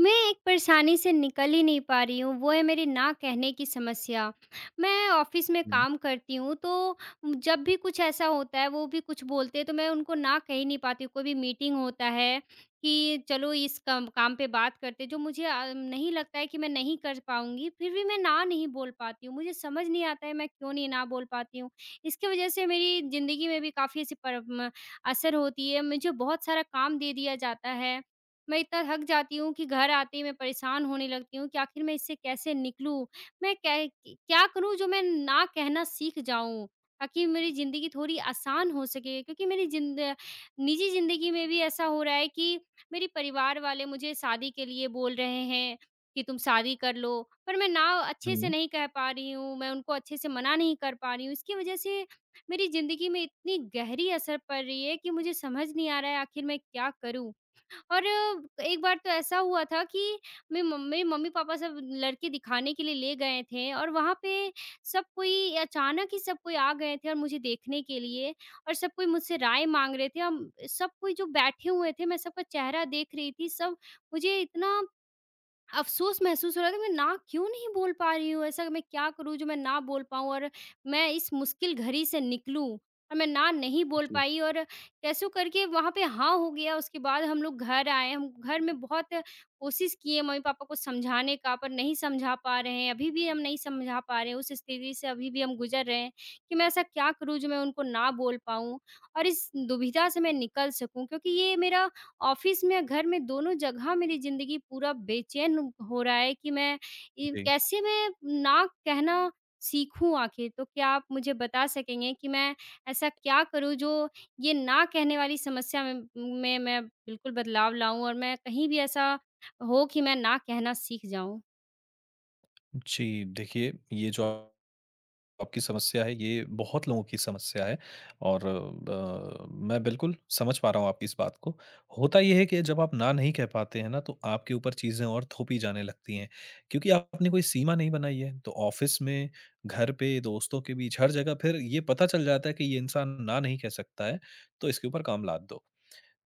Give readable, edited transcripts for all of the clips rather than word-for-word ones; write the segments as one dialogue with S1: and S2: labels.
S1: मैं एक परेशानी से निकल ही नहीं पा रही हूँ, वो है मेरी ना कहने की समस्या। मैं ऑफ़िस में
S2: हुँ,
S1: काम करती हूँ, तो जब भी कुछ ऐसा होता है, वो भी कुछ बोलते हैं, तो मैं उनको ना कह ही नहीं पाती हूँ। कोई भी मीटिंग होता है कि चलो इस कम काम पे बात करते हैं, जो मुझे नहीं लगता है कि मैं नहीं कर पाऊँगी, फिर भी मैं ना नहीं बोल पाती हूँ। मुझे समझ नहीं आता है, मैं क्यों नहीं ना बोल पाती हूँ। इसकी वजह से मेरी ज़िंदगी में भी काफ़ी ऐसी पर म असर होती है। मुझे बहुत सारा काम दे दिया जाता है। मैं इतना थक जाती हूँ कि घर आते ही मैं परेशान होने लगती हूँ कि आखिर मैं इससे कैसे निकलूँ? मैं कै क्या करूँ जो मैं ना कहना सीख जाऊँ? ताकि मेरी ज़िंदगी थोड़ी आसान हो सके, क्योंकि मेरी ज़िंद निजी ज़िंदगी में भी ऐसा हो रहा है कि मेरे परिवार वाले मुझे शादी के लिए बोल रहे हैं कि तुम शादी कर लो, पर मैं ना अच्छे से
S2: हुँ।
S1: नहीं कह पा रही हूँ, मैं उनको अच्छे से मना नहीं कर पा रही हूँ। इसकी वज़ह से मेरी ज़िंदगी में इतनी गहरी असर पड़ रही है कि मुझे समझ नहीं आ रहा है, आखिर मैं क्या करूँ? और एक बार तो ऐसा हुआ था कि मेरी मम मेरे मम्मी-पापा सब लड़के दिखाने के लिए ले गए थे, और वहाँ पे सब कोई अचानक ही सब कोई आ गए थे, और मुझे देखने के लिए और सब कोई मुझसे राय माँग रहे थे। सब कोई जो बैठे हुए थे, मैं सबका चेहरा देख रही थी, सब। मुझे इतना अफ़सोस महसूस हो रहा था, मैं ना क्यों नहीं बोल पा रही हूँ? ऐसा मैं क्या करूँ जो मैं ना बोल पाऊँ और मैं इस मुश्किल घड़ी से निकलूँ? और मैं ना नहीं बोल
S2: जी,
S1: पाई, और कैसों करके वहाँ पे हाँ हो गया। उसके बाद हम लोग घर आए। हम घर में बहुत कोशिश किए मम्मी-पापा को समझाने का, पर नहीं समझा पा रहे हैं। अभी भी हम नहीं समझा पा रहे हैं। उस स्थिति से अभी भी हम गुज़र रहे हैं कि मैं ऐसा क्या करूँ जो मैं उनको ना बोल पाऊँ? और इस दुविधा से मैं निकल सकूँ, क्योंकि ये मेरा ऑफिस में या घर में, दोनों जगह मेरी ज़िंदगी पूरा बेचैन हो रहा है कि मैं ये
S2: जी।
S1: कैसे मैं ना कहना सीखूँ आखिर? तो क्या आप मुझे बता सकेंगे कि मैं ऐसा क्या करूँ जो ये ना कहने वाली समस्या में मैं बिल्कुल बदलाव लाऊँ, और मैं कहीं भी ऐसा हो कि मैं ना कहना सीख जाऊँ?
S2: जी, देखिए ये जो आपकी समस्या है ये बहुत लोगों की समस्या है और मैं बिल्कुल समझ पा रहा हूँ आपकी इस बात को। होता ये है कि जब आप ना नहीं कह पाते हैं ना तो आपके ऊपर चीज़ें और थोपी जाने लगती हैं। क्योंकि आपने कोई सीमा नहीं बनाई है तो ऑफ़िस में, घर पे, दोस्तों के बीच हर जगह फिर ये पता चल जाता है कि ये इंसान ना नहीं कह सकता है, तो इसके ऊपर काम लाद दो।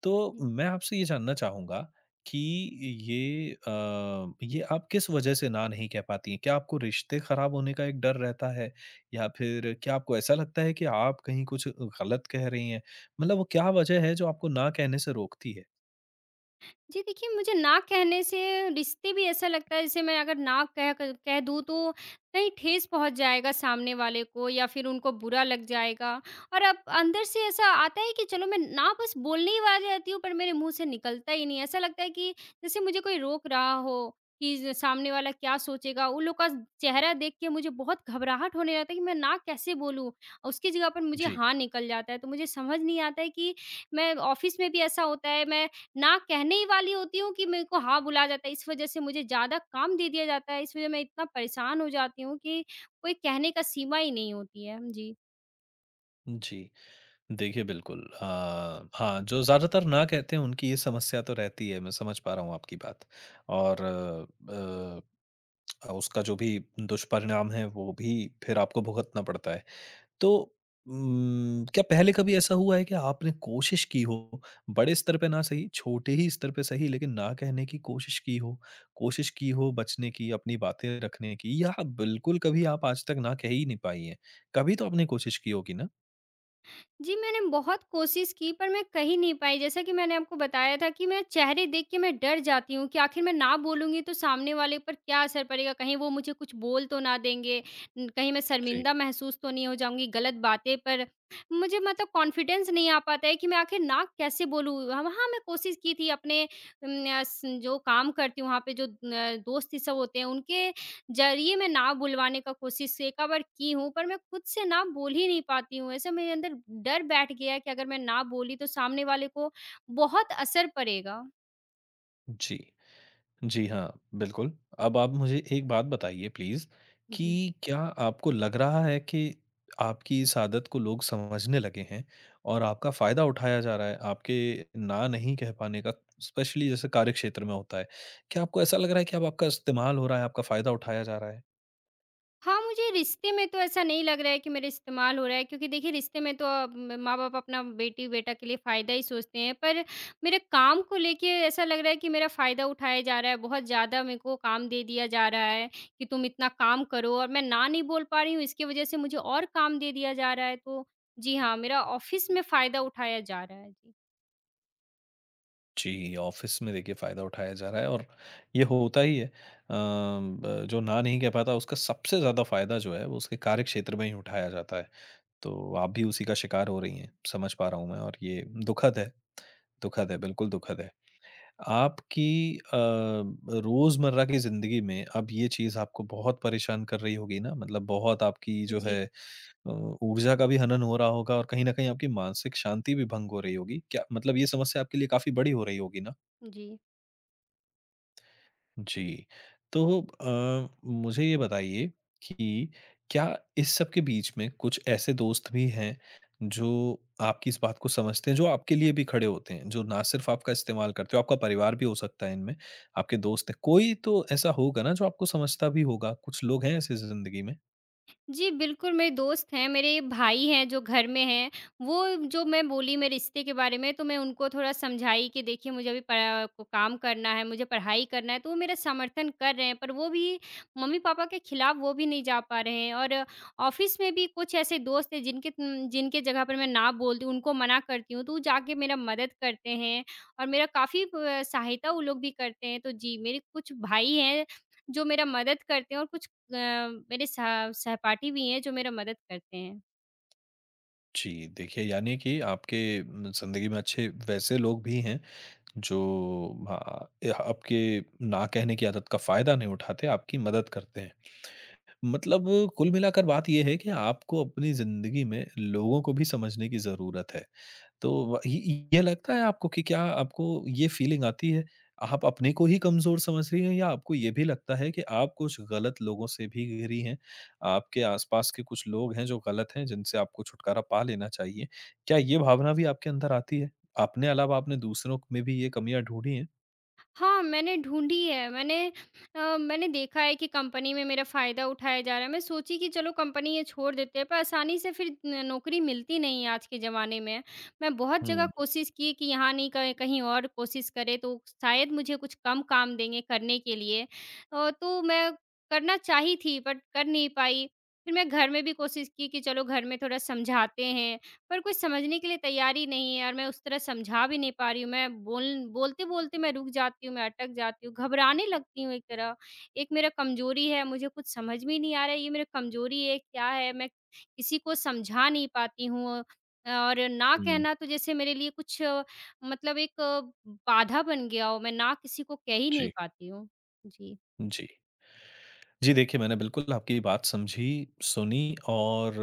S2: तो मैं आपसे ये जानना चाहूँगा कि ये आप किस वजह से ना नहीं कह पाती हैं? क्या आपको रिश्ते ख़राब होने का एक डर रहता है? या फिर क्या आपको ऐसा लगता है कि आप कहीं कुछ गलत कह रही हैं? मतलब वो क्या वजह है जो आपको ना कहने से रोकती है?
S1: जी, देखिए, मुझे ना कहने से रिश्ते भी ऐसा लगता है, जैसे मैं अगर ना कह दूँ तो कहीं ठेस पहुँच जाएगा सामने वाले को, या फिर उनको बुरा लग जाएगा। और अब अंदर से ऐसा आता है कि चलो मैं ना बस बोलने ही वाली रहती हूँ, पर मेरे मुँह से निकलता ही नहीं है। ऐसा लगता है कि जैसे मुझे कोई रोक रहा हो कि ज सामने वाला क्या सोचेगा? उन लोग का चेहरा देख के मुझे बहुत घबराहट होने लगता है कि मैं ना कैसे बोलूँ? उसकी जगह पर मुझे
S2: जी,
S1: हाँ निकल जाता है। तो मुझे समझ नहीं आता है कि मैं ऑफ़िस में भी ऐसा होता है, मैं ना कहने ही वाली होती हूँ कि मेरे को हाँ बुला जाता है, इस वजह से मुझे ज़्यादा काम दे दिया जाता है, इस वजह मैं इतना परेशान हो जाती हूँ कि कोई कहने का सीमा ही नहीं होती है। जी।
S2: जी। देखिए हाँ, जो ज़्यादातर ना कहते हैं उनकी ये समस्या तो रहती है, मैं समझ पा रहा हूँ आपकी बात। और उसका जो भी दुष्परिणाम है वो भी फिर आपको भुगतना पड़ता है। तो क्या पहले कभी ऐसा हुआ है कि आपने कोशिश की हो, बड़े स्तर पे ना सही, छोटे ही स्तर पे सही लेकिन ना कहने की कोशिश की हो? कोशिश की हो बचने की, अपनी बातें रखने की या बिल्कुल कभी आप आज तक ना कह ही नहीं पाई हैं? कभी तो आपने कोशिश की होगी ना?
S1: जी, मैंने बहुत कोशिश की, पर मैं कह ही नहीं पाई। जैसा कि मैंने आपको बताया था कि मैं चेहरे देख के मैं डर जाती हूँ कि आखिर मैं ना बोलूँगी तो सामने वाले पर क्या असर पड़ेगा? कहीं वो मुझे कुछ बोल तो ना देंगे? कहीं मैं
S2: जी।
S1: शर्मिंदा महसूस तो नहीं हो जाऊँगी गलत बातें पर? मुझे मतलब कॉन्फिडेंस नहीं आ पाता है कि मैं आखिर ना कैसे बोलूँ? हाँ, वहाँ मैं कोशिश की थी अपने उम, अ, स जो काम करती हूँ वहाँ पे जो न दोस्त ये सब होते हैं, उनके ज़रिए मैं ना बुलवाने का कोशिश एका बार की हूँ, पर मैं खुद से ना बोल ही नहीं पाती हूँ। ऐसे मेरे अंदर डर बैठ गया है कि अगर मैं ना बोली तो सामने वाले को बहुत असर पड़ेगा।
S2: जी। जी हाँ, बिल्कुल। अब आप मुझे एक बात बताइए प्लीज़
S1: जी।
S2: कि क्या आपको लग रहा है कि आपकी इस आदत को लोग समझने लगे हैं और आपका फ़ायदा उठाया जा रहा है, आपके ना नहीं कह पाने का स्पेशली जैसे कार्यक्षेत्र में होता है। क्या आपको ऐसा लग रहा है कि अब आपका इस्तेमाल हो रहा है, आपका फ़ायदा उठाया जा रहा है?
S1: हाँ, मुझे रिश्ते में तो ऐसा नहीं लग रहा है कि मेरा इस्तेमाल हो रहा है, क्योंकि देखिए रिश्ते में तो अ, म माँ-बाप अपना बेटी-बेटा के लिए फ़ायदा ही सोचते हैं। पर मेरे काम को लेके ऐसा लग रहा है कि मेरा फ़ायदा उठाया जा रहा है, बहुत ज़्यादा मेरे को काम दे दिया जा रहा है कि तुम इतना काम करो, और मैं ना नहीं बोल पा रही हूँ, इसकी वज़ह से मुझे और काम दे दिया जा रहा है। तो जी हाँ, मेरा ऑफ़िस में फ़ायदा उठाया जा रहा है। जी।
S2: जी, ऑफ़िस में देखिए फ़ायदा उठाया जा रहा है और ये होता ही है। ब जो ना नहीं कह पाता उसका सबसे ज़्यादा फ़ायदा जो है वो उसके कार्यक्षेत्र में ही उठाया जाता है। तो आप भी उसी का शिकार हो रही हैं, समझ पा रहा हूँ मैं और ये दुखद है, दुखद है, बिल्कुल दुखद है। आपकी अ, रोज़मर्रा की ज़िंदगी में अब ये चीज़ आपको बहुत परेशान कर रही होगी ना? मतलब बहुत आपकी जो
S1: जी।
S2: है अ, ऊर्जा का भी हनन हो रहा होगा और कहीं न कहीं आपकी मानसिक शांति भी भंग हो रही होगी। क्या मतलब ये समस्या आपके लिए काफ़ी बड़ी हो रही होगी ना?
S1: जी।
S2: जी। तो मुझे ये बताइए कि क्या इस सब के बीच में कुछ ऐसे दोस्त भी हैं, जो आपकी इस बात को समझते हैं, जो आपके लिए भी खड़े होते हैं, जो ना सिर्फ़ आपका इस्तेमाल करते हो, आपका परिवार भी हो सकता है इनमें, आपके दोस्त हैं। कोई तो ऐसा होगा ना जो आपको समझता भी होगा, कुछ लोग हैं ऐसे ज़िंदगी में?
S1: जी, बिल्कुल, मेरे दोस्त हैं, मेरे भाई हैं जो घर में हैं, वो जो मैं बोली मैं रिश्ते के बारे में, तो मैं उनको थोड़ा समझाई कि देखिए मुझे अभी पढ़ा को काम करना है, मुझे पढ़ाई करना है, तो वो मेरा समर्थन कर रहे हैं, पर वो भी मम्मी-पापा के खिलाफ वो भी नहीं जा पा रहे हैं। और ऑफ़िस में भी कुछ ऐसे दोस्त हैं जिनके जगह पर मैं ना बोलती हूँ, उनको मना करती हूँ, तो वो जाके मेरा मदद करते हैं, और मेरा काफ़ी ब सहायता वो लोग भी करते हैं। तो जी, मेरे कुछ भाई हैं जो मेरा मदद करते हैं, और कुछ अ, मेरे सह सहपाठी भी हैं जो मेरा मदद करते हैं।
S2: जी, देखिए यानी कि आपके ज़िंदगी में अच्छे वैसे लोग भी हैं, जो हाँ, आपके ना कहने की आदत का फ़ायदा नहीं उठाते, आपकी मदद करते हैं। मतलब कुल मिलाकर बात ये है कि आपको अपनी ज़िंदगी में लोगों को भी समझने की ज़रूरत है। तो व ये लगता है आपको कि क्या आपको ये फ़ीलिंग आती है, आप अपने को ही कमज़ोर समझ रही हैं या आपको ये भी लगता है कि आप कुछ गलत लोगों से भी घिरी हैं? आपके आस-पास के कुछ लोग हैं जो गलत हैं, जिनसे आपको छुटकारा पा लेना चाहिए। क्या ये भावना भी आपके अंदर आती है? अपने अलावा आपने दूसरों में भी ये कमियाँ ढूँढी हैं?
S1: हाँ, मैंने ढूँढी है, मैंने देखा है कि कंपनी में मेरा फ़ायदा उठाया जा रहा है। मैं सोची कि चलो कंपनी ये छोड़ देते हैं, पर आसानी से फिर न नौकरी मिलती नहीं है आज के ज़माने में। मैं बहुत जगह
S2: हुँ,
S1: कोशिश की कि यहाँ नहीं क कहीं और कोशिश करें तो शायद मुझे कुछ कम काम देंगे करने के लिए। तो मैं करना चाही थी, बट कर नहीं पाई। फिर मैं घर में भी कोशिश की कि चलो घर में थोड़ा समझाते हैं, पर कोई समझने के लिए तैयार ही नहीं है, और मैं उस तरह समझा भी नहीं पा रही हूँ। मैं बोल बोलते-बोलते मैं रुक जाती हूँ, मैं अटक जाती हूँ, घबराने लगती हूँ एक तरह। एक मेरा कमज़ोरी है, मुझे कुछ समझ में ही नहीं आ रहा है, ये मेरा कमज़ोरी है, क्या है? मैं किसी को समझा नहीं पाती हूँ, और ना
S2: हुँ।
S1: कहना तो जैसे मेरे लिए कुछ मतलब एक बाधा बन गया हो, मैं ना किसी को कह ही नहीं
S2: जी,
S1: पाती हूँ। जी।
S2: जी। जी, देखिए मैंने बिल्कुल आपकी बात समझी, सुनी और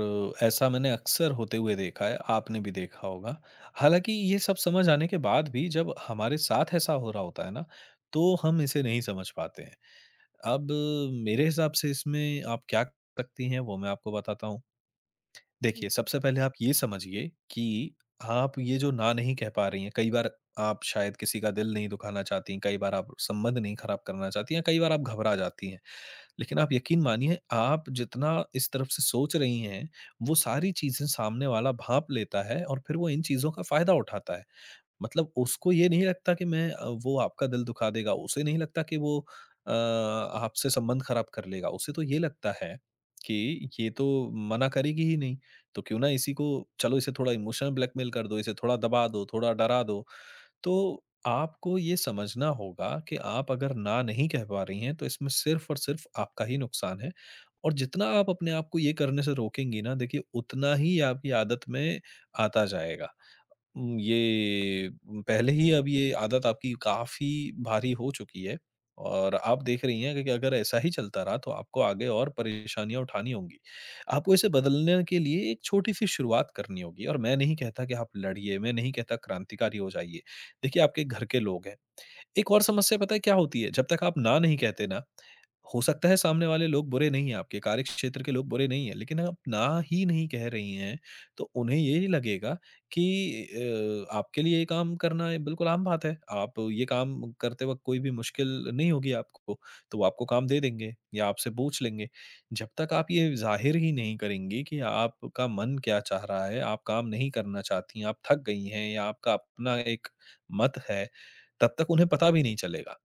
S2: ऐसा मैंने अक्सर होते हुए देखा है, आपने भी देखा होगा। हालाँकि ये सब समझ आने के बाद भी जब हमारे साथ ऐसा हो रहा होता है ना, तो हम इसे नहीं समझ पाते हैं। अब मेरे हिसाब से इसमें आप क्या कर सकती हैं वो मैं आपको बताता हूँ। देखिए, सबसे पहले आप ये समझिए कि आप ये जो ना नहीं कह पा रही हैं, कई बार आप शायद किसी का दिल नहीं दुखाना चाहती, हैं, कई बार आप संबंध नहीं खराब करना चाहती या कई बार आप घबरा जाती हैं। लेकिन आप यकीन मानिए आप जितना इस तरफ से सोच रही हैं, वो सारी चीज़ें सामने वाला भाँप लेता है और फिर वो इन चीज़ों का फ़ायदा उठाता है। मतलब उसको ये नहीं लगता कि वो आपका दिल दुखा देगा, उसे नहीं लगता कि वो आपसे संबंध खराब कर लेगा। उसे तो ये लगता है कि ये तो मना करेगी ही नहीं, तो क्यों ना इसी को चलो इसे थोड़ा इमोशनल ब्लैकमेल कर दो, इसे थोड़ा दबा दो, थोड़ा डरा दो। तो आपको ये समझना होगा कि आप अगर ना नहीं कह पा रही हैं, तो इसमें सिर्फ़ और सिर्फ़ आपका ही नुकसान है। और जितना आप अपने आप को ये करने से रोकेंगी ना, देखिए उतना ही आपकी आदत में आता जाएगा। ये पहले ही अब ये आदत आपकी काफ़ी भारी हो चुकी है और आप देख रही हैं कि अगर ऐसा ही चलता रहा तो आपको आगे और परेशानियाँ उठानी होंगी। आपको इसे बदलने के लिए एक छोटी-सी शुरुआत करनी होगी और मैं नहीं कहता कि आप लड़िए, मैं नहीं कहता क्रांतिकारी हो जाइए। देखिए आपके घर के लोग हैं। एक और समस्या पता है क्या होती है? जब तक आप ना नहीं कहते ना, हो सकता है सामने वाले लोग बुरे नहीं हैं, आपके कार्यक्षेत्र के लोग बुरे नहीं हैं, लेकिन आप ना ही नहीं कह रही हैं, तो उन्हें ये लगेगा कि आपके लिए ये काम करना ये बिल्कुल आम बात है। आप ये काम करते वक़्त कोई भी मुश्किल नहीं होगी आपको, तो वो आपको काम दे देंगे या आपसे पूछ लेंगे। जब तक आप ये ज़ाहिर ही नहीं करेंगी कि आपका मन क्या चाह रहा है, आप काम नहीं करना चाहती हैं, आप थक गई हैं या आपका अपना एक मत है तब तक उन्हें पता भी नहीं चलेगा।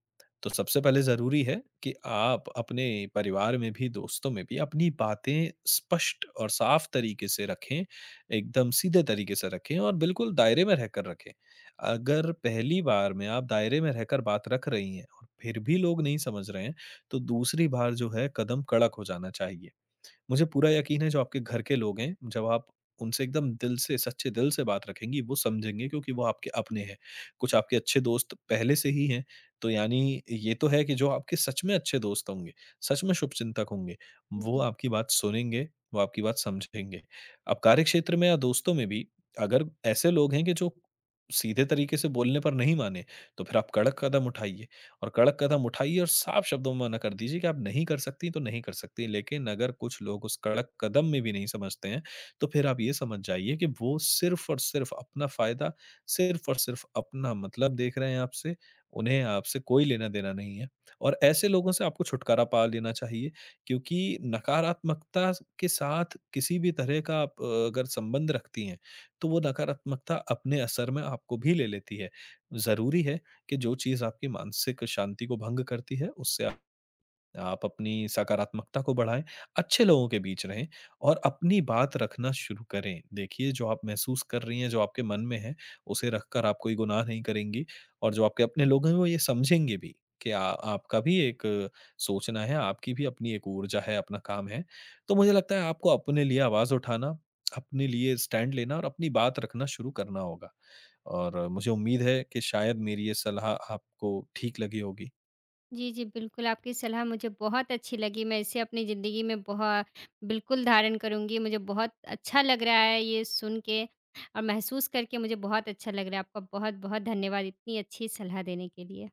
S2: तो सबसे पहले ज़रूरी है कि आप अपने परिवार में भी, दोस्तों में भी अपनी बातें स्पष्ट और साफ तरीके से रखें, एकदम सीधे तरीके से रखें और बिल्कुल दायरे में रहकर रखें। अगर पहली बार में आप दायरे में रहकर बात रख रही हैं और फिर भी लोग नहीं समझ रहे हैं, तो दूसरी बार जो है कदम कड़क हो जाना चाहिए। मुझे पूरा यकीन है जो आपके घर के लोग हैं, जब आप उनसे एकदम दिल से, सच्चे दिल से बात रखेंगी, वो समझेंगे क्योंकि वो आपके अपने हैं। कुछ आपके अच्छे दोस्त पहले से ही हैं, तो यानी ये तो है कि जो आपके सच में अच्छे दोस्त होंगे, सच में शुभचिंतक होंगे,
S1: जी,
S2: वो
S1: जी।
S2: आपकी बात सुनेंगे, वो आपकी बात समझेंगे। अब कार्यक्षेत्र में या दोस्तों में भी अगर ऐसे लोग हैं कि जो सीधे तरीके से बोलने पर नहीं माने, तो फिर आप कड़क कदम उठाइए। और कड़क कदम उठाइए और साफ शब्दों में मना कर दीजिए कि आप नहीं कर सकती तो नहीं कर सकती। लेकिन अगर कुछ लोग उस कड़क कदम में भी नहीं समझते हैं, तो फिर आप ये समझ जाइए कि वो सिर्फ़ और सिर्फ़ अपना फ़ायदा, सिर्फ़ और सिर्फ़ अपना मतलब देख रहे हैं आपसे, उन्हें आपसे कोई लेना-देना नहीं है। और ऐसे लोगों से आपको छुटकारा पा लेना चाहिए क्योंकि नकारात्मकता के साथ किसी भी तरह का आप अगर संबंध रखती हैं, तो वो नकारात्मकता अपने असर में आपको भी ले लेती है। ज़रूरी है कि जो चीज़ आपकी मानसिक शांति को भंग करती है, उससे आप अपनी सकारात्मकता को बढ़ाएँ, अच्छे लोगों के बीच रहें और अपनी बात रखना शुरू करें। देखिए, जो आप महसूस कर रही हैं, जो आपके मन में है, उसे रखकर आप कोई गुनाह नहीं करेंगी और जो आपके अपने लोग हैं, वो ये समझेंगे भी कि आ आपका भी एक सोचना है, आपकी भी अपनी एक ऊर्जा है, अपना काम है। तो मुझे लगता है आपको अपने लिए आवाज़ उठाना, अपने लिए स्टैंड लेना और अपनी बात रखना शुरू करना होगा और मुझे उम्मीद है कि शायद मेरी ये सलाह आपको ठीक लगी होगी।
S1: जी, जी, बिल्कुल, आपकी सलाह मुझे बहुत अच्छी लगी, मैं इसे अपनी ज़िंदगी में बहु बिल्कुल धारण करूँगी, मुझे बहुत अच्छा लग रहा है ये सुन के, और महसूस करके मुझे बहुत अच्छा लग रहा है। आपका बहुत-बहुत धन्यवाद इतनी अच्छी सलाह देने के लिए।